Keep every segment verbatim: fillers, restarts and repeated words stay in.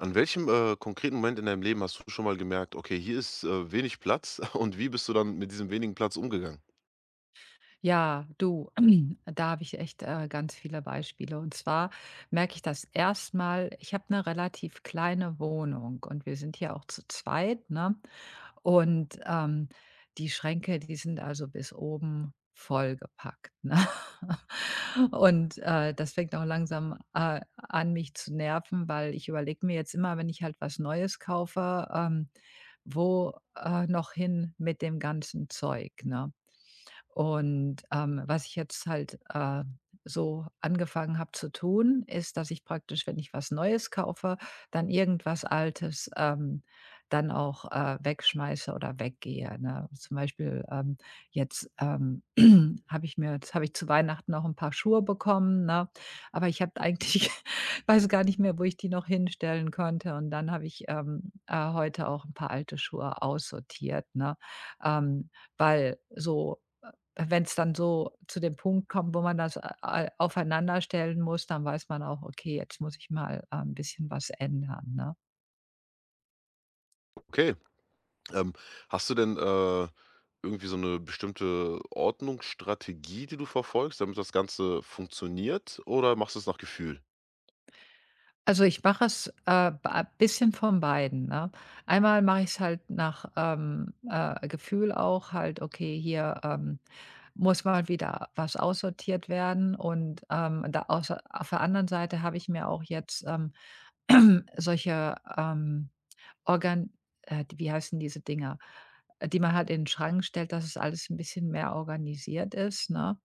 An welchem, äh, konkreten Moment in deinem Leben hast du schon mal gemerkt: „Okay, hier ist, äh, wenig Platz“ und wie bist du dann mit diesem wenigen Platz umgegangen? Ja, du, da habe ich echt, äh, ganz viele Beispiele. Und zwar merke ich das erstmal. ich habe eine relativ kleine Wohnung und wir sind hier auch zu zweit, ne? Und, ähm, Die Schränke, die sind also bis oben vollgepackt, ne? Und, äh, das fängt auch langsam, äh, an, mich zu nerven, weil ich überlege mir jetzt immer, wenn ich halt was Neues kaufe, ähm, wo, äh, noch hin mit dem ganzen Zeug, ne? Und, ähm, was ich jetzt halt, äh, so angefangen habe zu tun, ist, dass ich praktisch, wenn ich was Neues kaufe, dann irgendwas Altes, ähm, dann auch, äh, wegschmeiße oder weggehe, ne? Zum Beispiel, ähm, jetzt, ähm, habe ich mir jetzt habe ich zu Weihnachten noch ein paar Schuhe bekommen, ne? Aber ich habe eigentlich weiß gar nicht mehr, wo ich die noch hinstellen konnte. Und dann habe ich, ähm, äh, heute auch ein paar alte Schuhe aussortiert, ne? Ähm, weil so wenn es dann so zu dem Punkt kommt, wo man das a a aufeinanderstellen muss, dann weiß man auch: „Okay, jetzt muss ich mal, äh, 'n bisschen was ändern“, ne? Okay, ähm, hast du denn, äh, irgendwie so eine bestimmte Ordnungsstrategie, die du verfolgst, damit das Ganze funktioniert oder machst du es nach Gefühl? Also, ich mache es, äh, ba ein bisschen von beiden, ne? Einmal mache ich es halt nach, ähm, äh, Gefühl auch halt: „Okay, hier, ähm, muss mal wieder was aussortiert werden“ und, ähm, da aus auf der anderen Seite habe ich mir auch jetzt, ähm, solche, ähm Organ äh, wie heißen diese Dinger, äh, die man halt in 'n Schrank stellt, dass es alles 'n bisschen mehr organisiert ist, ne?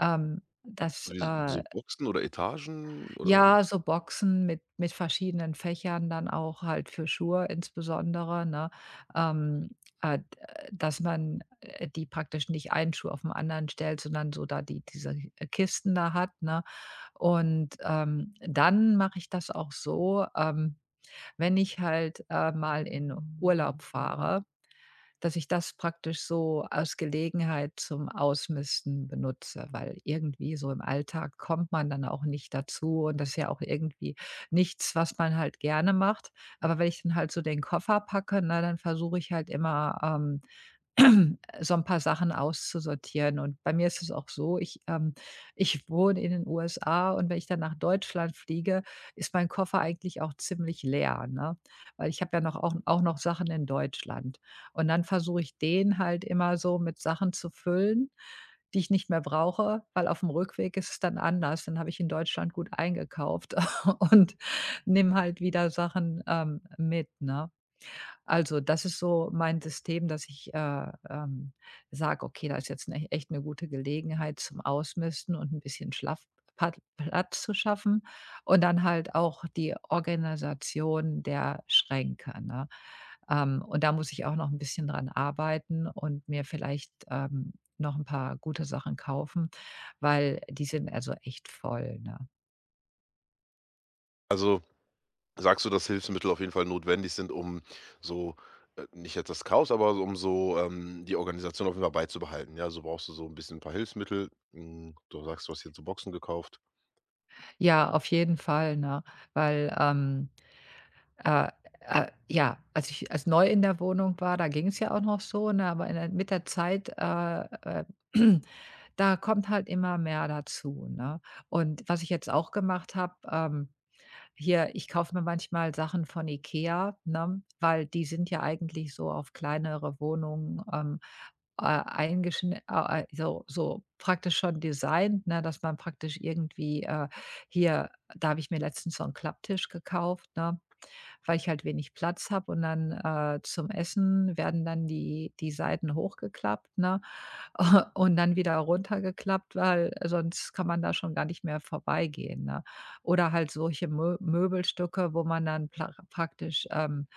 Ähm, das, Wie so äh Boxen oder Etagen oder ja, so Boxen mit mit verschiedenen Fächern dann auch halt für Schuhe insbesondere, ne? Ähm, äh, d äh, dass man, äh, die praktisch nicht einen Schuh auf 'n anderen stellt, sondern so da die diese äh, Kisten da hat, ne? Und, ähm, dann mache ich das auch so, ähm, wenn ich halt, äh, mal in Urlaub fahre, dass ich das praktisch so aus Gelegenheit zum Ausmisten benutze, weil irgendwie so im Alltag kommt man dann auch nicht dazu und das ist ja auch irgendwie nichts, was man halt gerne macht. Aber wenn ich dann halt so den Koffer packe, na dann versuche ich halt immer, ähm, so ein paar Sachen auszusortieren. Und bei mir ist es auch so, ich ähm, ich wohne in den U S A und wenn ich dann nach Deutschland fliege, ist mein Koffer eigentlich auch ziemlich leer, ne? Weil ich habe ja noch auch auch noch Sachen in Deutschland. Und dann versuche ich, den halt immer so mit Sachen zu füllen, die ich nicht mehr brauche, weil auf dem Rückweg ist es dann anders. Dann habe ich in Deutschland gut eingekauft und nehme halt wieder Sachen, ähm, mit, ne? Also, das ist so mein System, dass ich, äh, ähm, sage: „Okay, da ist jetzt 'ne echt eine gute Gelegenheit zum Ausmisten und ein bisschen Schlaf Pat Platz zu schaffen“ und dann halt auch die Organisation der Schränke, ne? Ähm, und da muss ich auch noch ein bisschen dran arbeiten und mir vielleicht, ähm, noch ein paar gute Sachen kaufen, weil die sind also echt voll, ne? also sagst du, dass Hilfsmittel auf jeden Fall notwendig sind, um so äh, nicht jetzt das Chaos, aber so um so, ähm, die Organisation auf jeden Fall beizubehalten? Ja, so brauchst du so ein bisschen ein paar Hilfsmittel. Hm, du sagst, du hast jetzt so Boxen gekauft. Ja, auf jeden Fall, ne? Weil, ähm Äh, äh, ja, als ich als neu in der Wohnung war, da ging es ja auch noch so, ne, aber in der mit der Zeit, äh, äh, da kommt halt immer mehr dazu, ne? Und was ich jetzt auch gemacht habe, ähm, hier, ich kaufe mir manchmal Sachen von IKEA, ne, weil die sind ja eigentlich so auf kleinere Wohnungen, ähm, äh, eingeschn äh, äh, so so praktisch schon designt, ne, dass man praktisch irgendwie, äh hier da habe ich mir letztens so einen Klapptisch gekauft, ne? Weil ich halt wenig Platz habe und dann, äh, zum Essen werden dann die die Seiten hochgeklappt, ne? Und dann wieder runtergeklappt, weil sonst kann man da schon gar nicht mehr vorbeigehen, ne? Oder halt solche Mö Möbelstücke, wo man dann pla praktisch, ähm,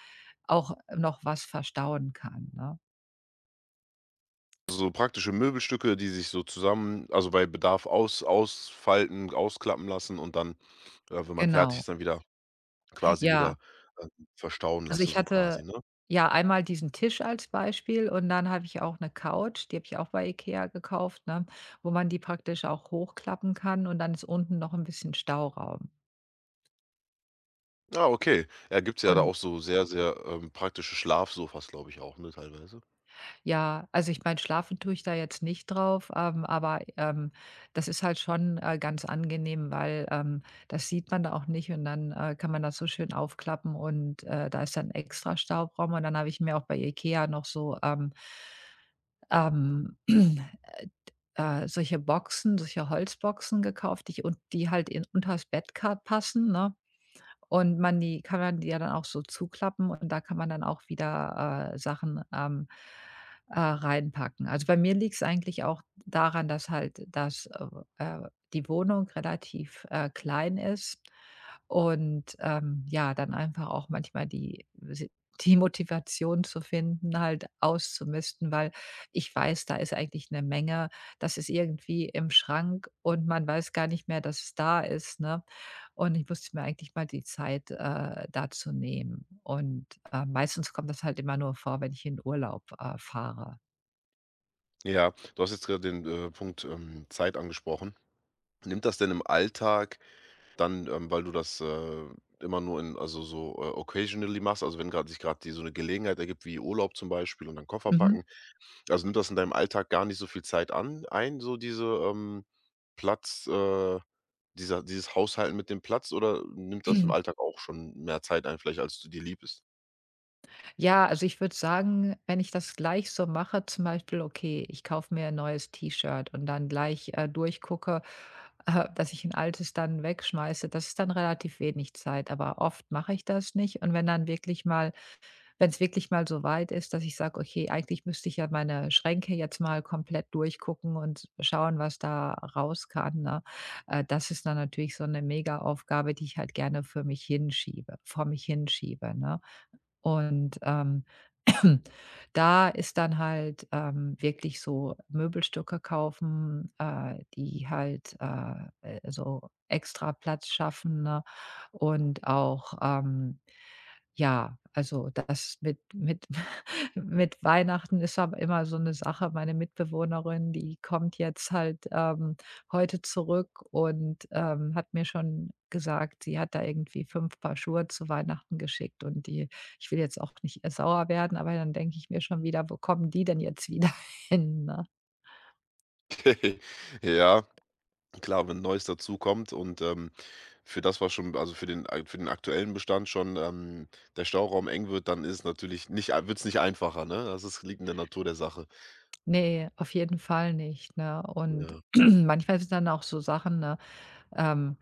auch noch was verstauen kann, ne? So praktische Möbelstücke, die sich so zusammen, also bei Bedarf aus ausfalten, ausklappen lassen und dann, äh, wenn man fertig Genau. ist, dann wieder quasi wieder, Ja. äh, verstauen Also, lassen, ich so quasi, hatte ne? ja einmal diesen Tisch als Beispiel und dann habe ich auch eine Couch, die habe ich auch bei IKEA gekauft, ne, wo man die praktisch auch hochklappen kann und dann ist unten noch ein bisschen Stauraum. Ah, okay. Ja, gibt's ja da Und auch so sehr, sehr, ähm, praktische Schlafsofas, glaube ich auch, ne, teilweise? ja, also, ich meine, schlafen tue ich da jetzt nicht drauf, ähm, aber, ähm, das ist halt schon, äh, ganz angenehm, weil, ähm, das sieht man da auch nicht und dann, äh, kann man das so schön aufklappen und, äh, da ist dann extra Staubraum und dann habe ich mir auch bei IKEA noch so, ähm ähm, äh, solche Boxen, solche Holzboxen gekauft, die ich und die halt in unters Bett ka passen, ne? Und man die kann man die ja dann auch so zuklappen und da kann man dann auch wieder, äh, Sachen, ähm, äh, reinpacken. Also, bei mir liegt es eigentlich auch daran, dass halt das, äh, äh die Wohnung relativ, äh, klein ist. Und, ähm, ja, dann einfach auch manchmal die si die Motivation zu finden, halt auszumisten, weil ich weiß, da ist eigentlich eine Menge. Das ist irgendwie im Schrank und man weiß gar nicht mehr, dass es da ist, ne? Und ich musste mir eigentlich mal die Zeit, äh, dazu nehmen. Und, äh, meistens kommt das halt immer nur vor, wenn ich in Urlaub, äh, fahre. Ja, du hast jetzt gerade den, äh, Punkt, ähm, Zeit angesprochen. Nimmt das denn im Alltag dann, ähm, weil du das, äh, immer nur in, also so, äh, occasionally machst, also wenn grad sich gerade so eine Gelegenheit ergibt wie Urlaub zum Beispiel und dann Koffer Mhm. packen. Also, nimmt das in deinem Alltag gar nicht so viel Zeit an ein, so diese, ähm, Platz äh, dieser dieses Haushalten mit dem Platz oder nimmt das im Alltag auch schon mehr Zeit ein vielleicht, als du dir lieb ist? Ja, also ich würde sagen, wenn ich das gleich so mache, zum Beispiel, okay, ich kaufe mir ein neues T-Shirt und dann gleich, äh, durchgucke, äh, dass ich ein altes dann wegschmeiße, das ist dann relativ wenig Zeit, aber oft mache ich das nicht. Und wenn dann wirklich mal wenn es wirklich mal so weit ist, dass ich sage: „Okay, eigentlich müsste ich ja meine Schränke jetzt mal komplett durchgucken und schauen, was da raus kann“, ne? Äh, das ist dann natürlich so eine Mega-Aufgabe, die ich halt gerne für mich hinschiebe vor mich hinschiebe, ne? Und, ähm, da ist dann halt, ähm, wirklich so Möbelstücke kaufen, äh, die halt, äh, äh, so extra Platz schaffen, ne? Und auch, ähm, ja, also das mit mit mit Weihnachten ist aber immer so eine Sache. Meine Mitbewohnerin, die kommt jetzt halt, ähm, heute zurück und, ähm, hat mir schon gesagt, sie hat da irgendwie fünf Paar Schuhe zu Weihnachten geschickt und die ich will jetzt auch nicht, äh, sauer werden, aber dann denke ich mir schon wieder: „Wo kommen die denn jetzt wieder hin“, ne? Ja, klar, wenn Neues dazukommt und, ähm, für das, was schon, also für den äh, für den aktuellen Bestand schon, ähm, der Stauraum eng wird, dann ist natürlich nicht ei, wird's nicht einfacher, ne? Das ist, liegt in der Natur der Sache. Ne, auf jeden Fall nicht, ne? Und Ja. manchmal sind dann auch so Sachen, ne, ähm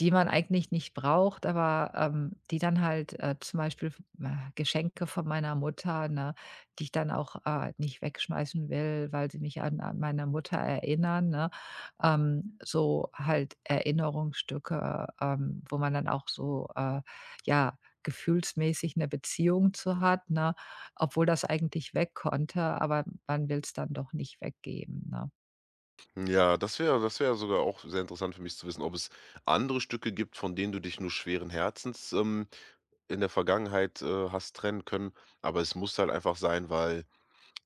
die man eigentlich nicht braucht, aber, ähm, die dann halt, äh, zum Beispiel f äh, Geschenke von meiner Mutter, ne, die ich dann auch, äh, nicht wegschmeißen will, weil sie mich an an meine Mutter erinnern, ne? Ähm, so halt Erinnerungsstücke, ähm, wo man dann auch so, äh, ja, gefühlsmäßig eine Beziehung zu hat, ne, obwohl das eigentlich weg konnte, aber man will es dann doch nicht weggeben, ne? Ja, das wäre, das wäre sogar auch sehr interessant für mich zu wissen, ob es andere Stücke gibt, von denen du dich nur schweren Herzens, ähm, in der Vergangenheit, äh, hast trennen können. Aber es muss halt einfach sein, weil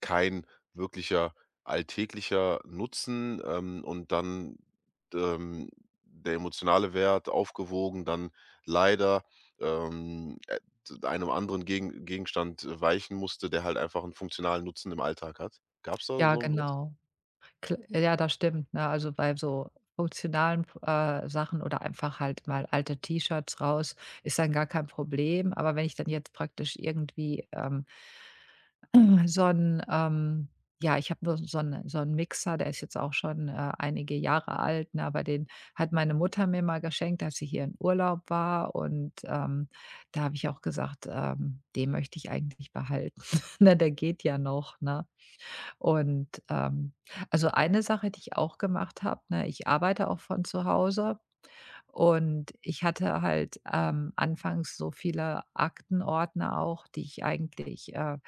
kein wirklicher alltäglicher Nutzen, ähm, und dann, ähm, der emotionale Wert aufgewogen, dann leider, ähm, äh, d einem anderen Gegen Gegenstand äh, weichen musste, der halt einfach einen funktionalen Nutzen im Alltag hat. Gab's da Ja, so was? genau. Kl ja, das stimmt, ne? Also, bei so funktionalen äh, Sachen oder einfach halt mal alte T-Shirts raus, ist dann gar kein Problem. Aber wenn ich dann jetzt praktisch irgendwie, ähm, Mhm. so ein ähm ja, ich habe nur so 'n so 'n Mixer, der ist jetzt auch schon, äh, einige Jahre alt, ne, aber den hat meine Mutter mir mal geschenkt, als sie hier im Urlaub war und, ähm, da habe ich auch gesagt, ähm, den möchte ich eigentlich behalten, ne? Der geht ja noch, ne? Und, ähm, also eine Sache, die ich auch gemacht habe, ne, ich arbeite auch von zu Hause und ich hatte halt, ähm, anfangs so viele Aktenordner auch, die ich eigentlich, äh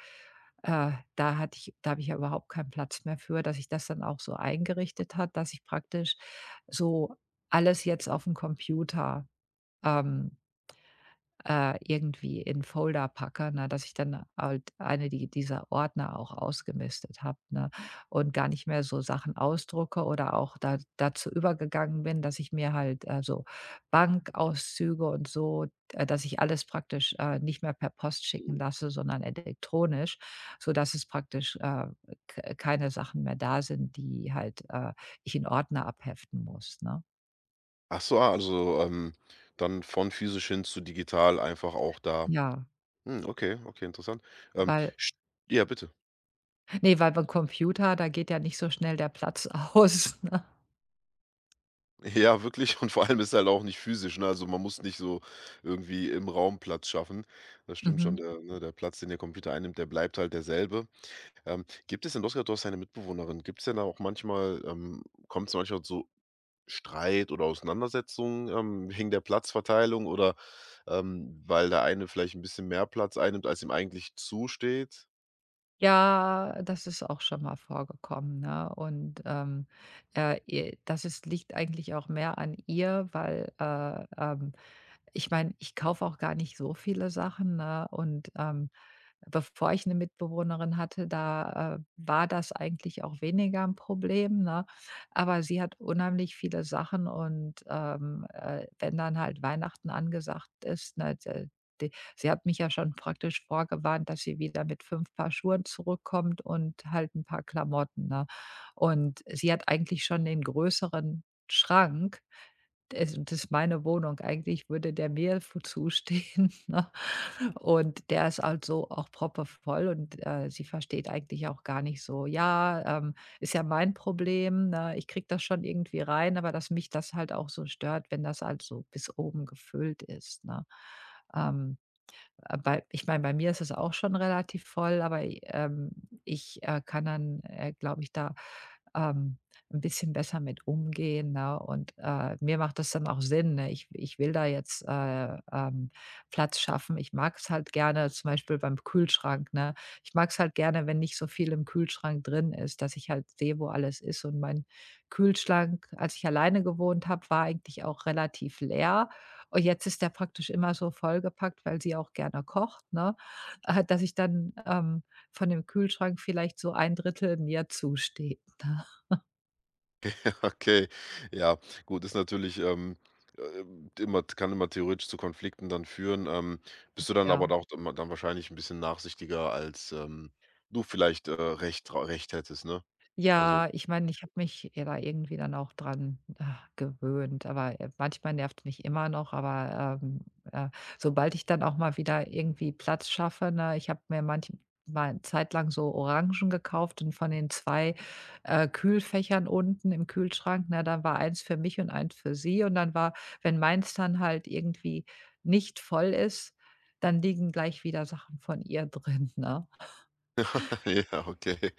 äh, da hatte ich da habe ich ja überhaupt keinen Platz mehr für, dass ich das dann auch so eingerichtet hat, dass ich praktisch so alles jetzt auf dem Computer, ähm, äh, irgendwie in Folder packe, ne, dass ich dann halt eine die dieser Ordner auch ausgemistet habe, ne, und gar nicht mehr so Sachen ausdrucke oder auch da dazu übergegangen bin, dass ich mir halt, äh, so Bankauszüge und so äh, dass ich alles praktisch, äh, nicht mehr per Post schicken lasse, sondern elektronisch, sodass es praktisch, äh, k keine Sachen mehr da sind, die halt, äh, ich in Ordner abheften muss, ne? Ach so, ah, also, ähm, dann von physisch hin zu digital einfach auch da. Ja, Hm, okay, okay, interessant. Ähm, weil st, ja, bitte. Ne, weil beim Computer, da geht ja nicht so schnell der Platz aus, ne? Ja, wirklich. Und vor allem ist er halt auch nicht physisch, ne? Also, man muss nicht so irgendwie im Raum Platz schaffen. Das stimmt schon, Mhm. der, ne, der Platz, den der Computer einnimmt, der bleibt halt derselbe. Ähm, gibt es denn, du hast gesagt, du hast eine Mitbewohnerin. Gibt's denn da auch manchmal, ähm, kommt's manchmal zu Streit oder Auseinandersetzungen, ähm, wegen der Platzverteilung oder, ähm, weil der eine vielleicht ein bisschen mehr Platz einnimmt, als ihm eigentlich zusteht? Ja, das ist auch schon mal vorgekommen, ne? Und, ähm, äh, ihr das ist liegt eigentlich auch mehr an ihr, weil, äh, ähm ich meine, ich kaufe auch gar nicht so viele Sachen, ne? Und, ähm, bevor ich eine Mitbewohnerin hatte, da, äh, war das eigentlich auch weniger ein Problem, ne? Aber sie hat unheimlich viele Sachen und, ähm, äh, wenn dann halt Weihnachten angesagt ist, ne, d d sie hat mich ja schon praktisch vorgewarnt, dass sie wieder mit fünf Paar Schuhen zurückkommt und halt ein paar Klamotten, ne? Und sie hat eigentlich schon den größeren Schrank. Es das ist meine Wohnung. Eigentlich würde der mir vo zustehen, ne? Und der ist halt so auch proppevoll und, äh, sie versteht eigentlich auch gar nicht so: „Ja, ähm, ist ja mein Problem, ne? Ich kriege das schon irgendwie rein“, aber dass mich das halt auch so stört, wenn das halt so bis oben gefüllt ist, ne? Ähm. Äh, bei ich meine, bei mir ist es auch schon relativ voll, aber i ähm, ich, äh, kann dann, äh, glaube ich, da, ähm, 'n bisschen besser mit umgehen, ne? Und, äh, mir macht das dann auch Sinn, ne? Ich ich will da jetzt, äh, ähm, Platz schaffen. Ich mag es halt gerne zum Beispiel beim Kühlschrank, ne? Ich mag es halt gerne, wenn nicht so viel im Kühlschrank drin ist, dass ich halt sehe, wo alles ist. Und mein Kühlschrank, als ich alleine gewohnt habe, war eigentlich auch relativ leer. Und jetzt ist der praktisch immer so vollgepackt, weil sie auch gerne kocht, ne, äh, dass ich dann, ähm, von dem Kühlschrank vielleicht so ein Drittel mir zusteht, ne? Okay, ja, gut, ist natürlich, ähm, äh, immer, kann immer theoretisch zu Konflikten dann führen. Ähm, bist du dann Ja. aber auch dann, dann wahrscheinlich ein bisschen nachsichtiger, als, ähm, du vielleicht, äh, recht dra recht hättest, ne? Also Ja, ich meine, ich habe mich ja da irgendwie dann auch dran, äh, gewöhnt, aber, äh, manchmal nervt mich immer noch, aber, ähm, äh, sobald ich dann auch mal wieder irgendwie Platz schaffe, ne? Ich habe mir manchmal 'ne Zeit lang so Orangen gekauft und von den zwei äh, Kühlfächern unten im Kühlschrank, ne, dann war eins für mich und eins für sie und dann war wenn meins dann halt irgendwie nicht voll ist, dann liegen gleich wieder Sachen von ihr drin, ne? ja, okay.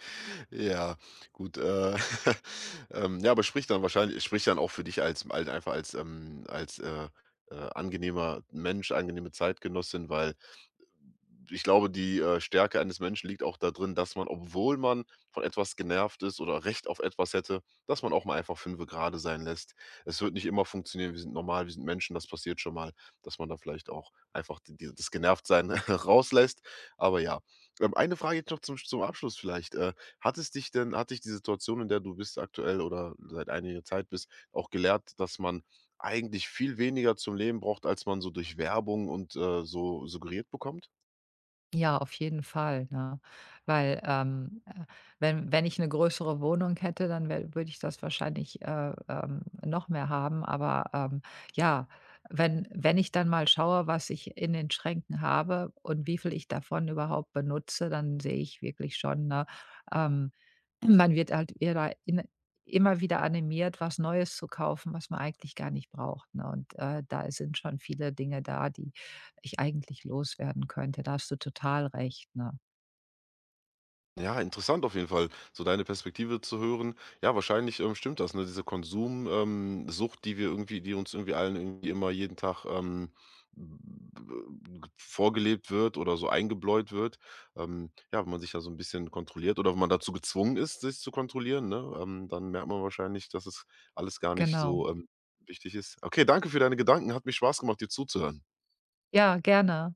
Ja, gut, äh, ähm, ja, aber spricht dann wahrscheinlich, spricht dann auch für dich als, halt einfach als, ähm als, äh, äh, angenehmer Mensch, angenehme Zeitgenossin, weil ich glaube, die, äh, Stärke eines Menschen liegt auch darin, dass man, obwohl man von etwas genervt ist oder Recht auf etwas hätte, dass man auch mal einfach Fünfe gerade sein lässt. Es wird nicht immer funktionieren. Wir sind normal, wir sind Menschen, das passiert schon mal, dass man da vielleicht auch einfach die die das Genervtsein rauslässt. Aber ja, ähm, eine Frage jetzt noch zum zum Abschluss vielleicht. Äh, hat es dich denn, hat dich die Situation, in der du bist aktuell oder seit einiger Zeit bist, auch gelehrt, dass man eigentlich viel weniger zum Leben braucht, als man so durch Werbung und, äh, so suggeriert bekommt? Ja, auf jeden Fall, ne? Weil, ähm, äh, wenn wenn ich eine größere Wohnung hätte, dann würde ich das wahrscheinlich, äh, ähm, noch mehr haben. Aber, ähm, ja, wenn wenn ich dann mal schaue, was ich in den Schränken habe und wie viel ich davon überhaupt benutze, dann sehe ich wirklich schon, ne, ähm, man wird halt eher in immer wieder animiert, was Neues zu kaufen, was man eigentlich gar nicht braucht, ne? Und, äh, da sind schon viele Dinge da, die ich eigentlich loswerden könnte. Da hast du total recht, ne? Ja, interessant auf jeden Fall, so deine Perspektive zu hören. Ja, wahrscheinlich, ähm, stimmt das, ne? Diese Konsumsucht, ähm, Sucht, die wir irgendwie, die uns irgendwie allen irgendwie immer jeden Tag, ähm, b- vorgelebt wird oder so eingebläut wird. Ähm, ja, wenn man sich da so ein bisschen kontrolliert oder wenn man dazu gezwungen ist, sich zu kontrollieren, ne, ähm, dann merkt man wahrscheinlich, dass es alles gar nicht Genau. so, ähm, wichtig ist. Okay, danke für deine Gedanken. Hat mich Spaß gemacht, dir zuzuhören. Ja, gerne.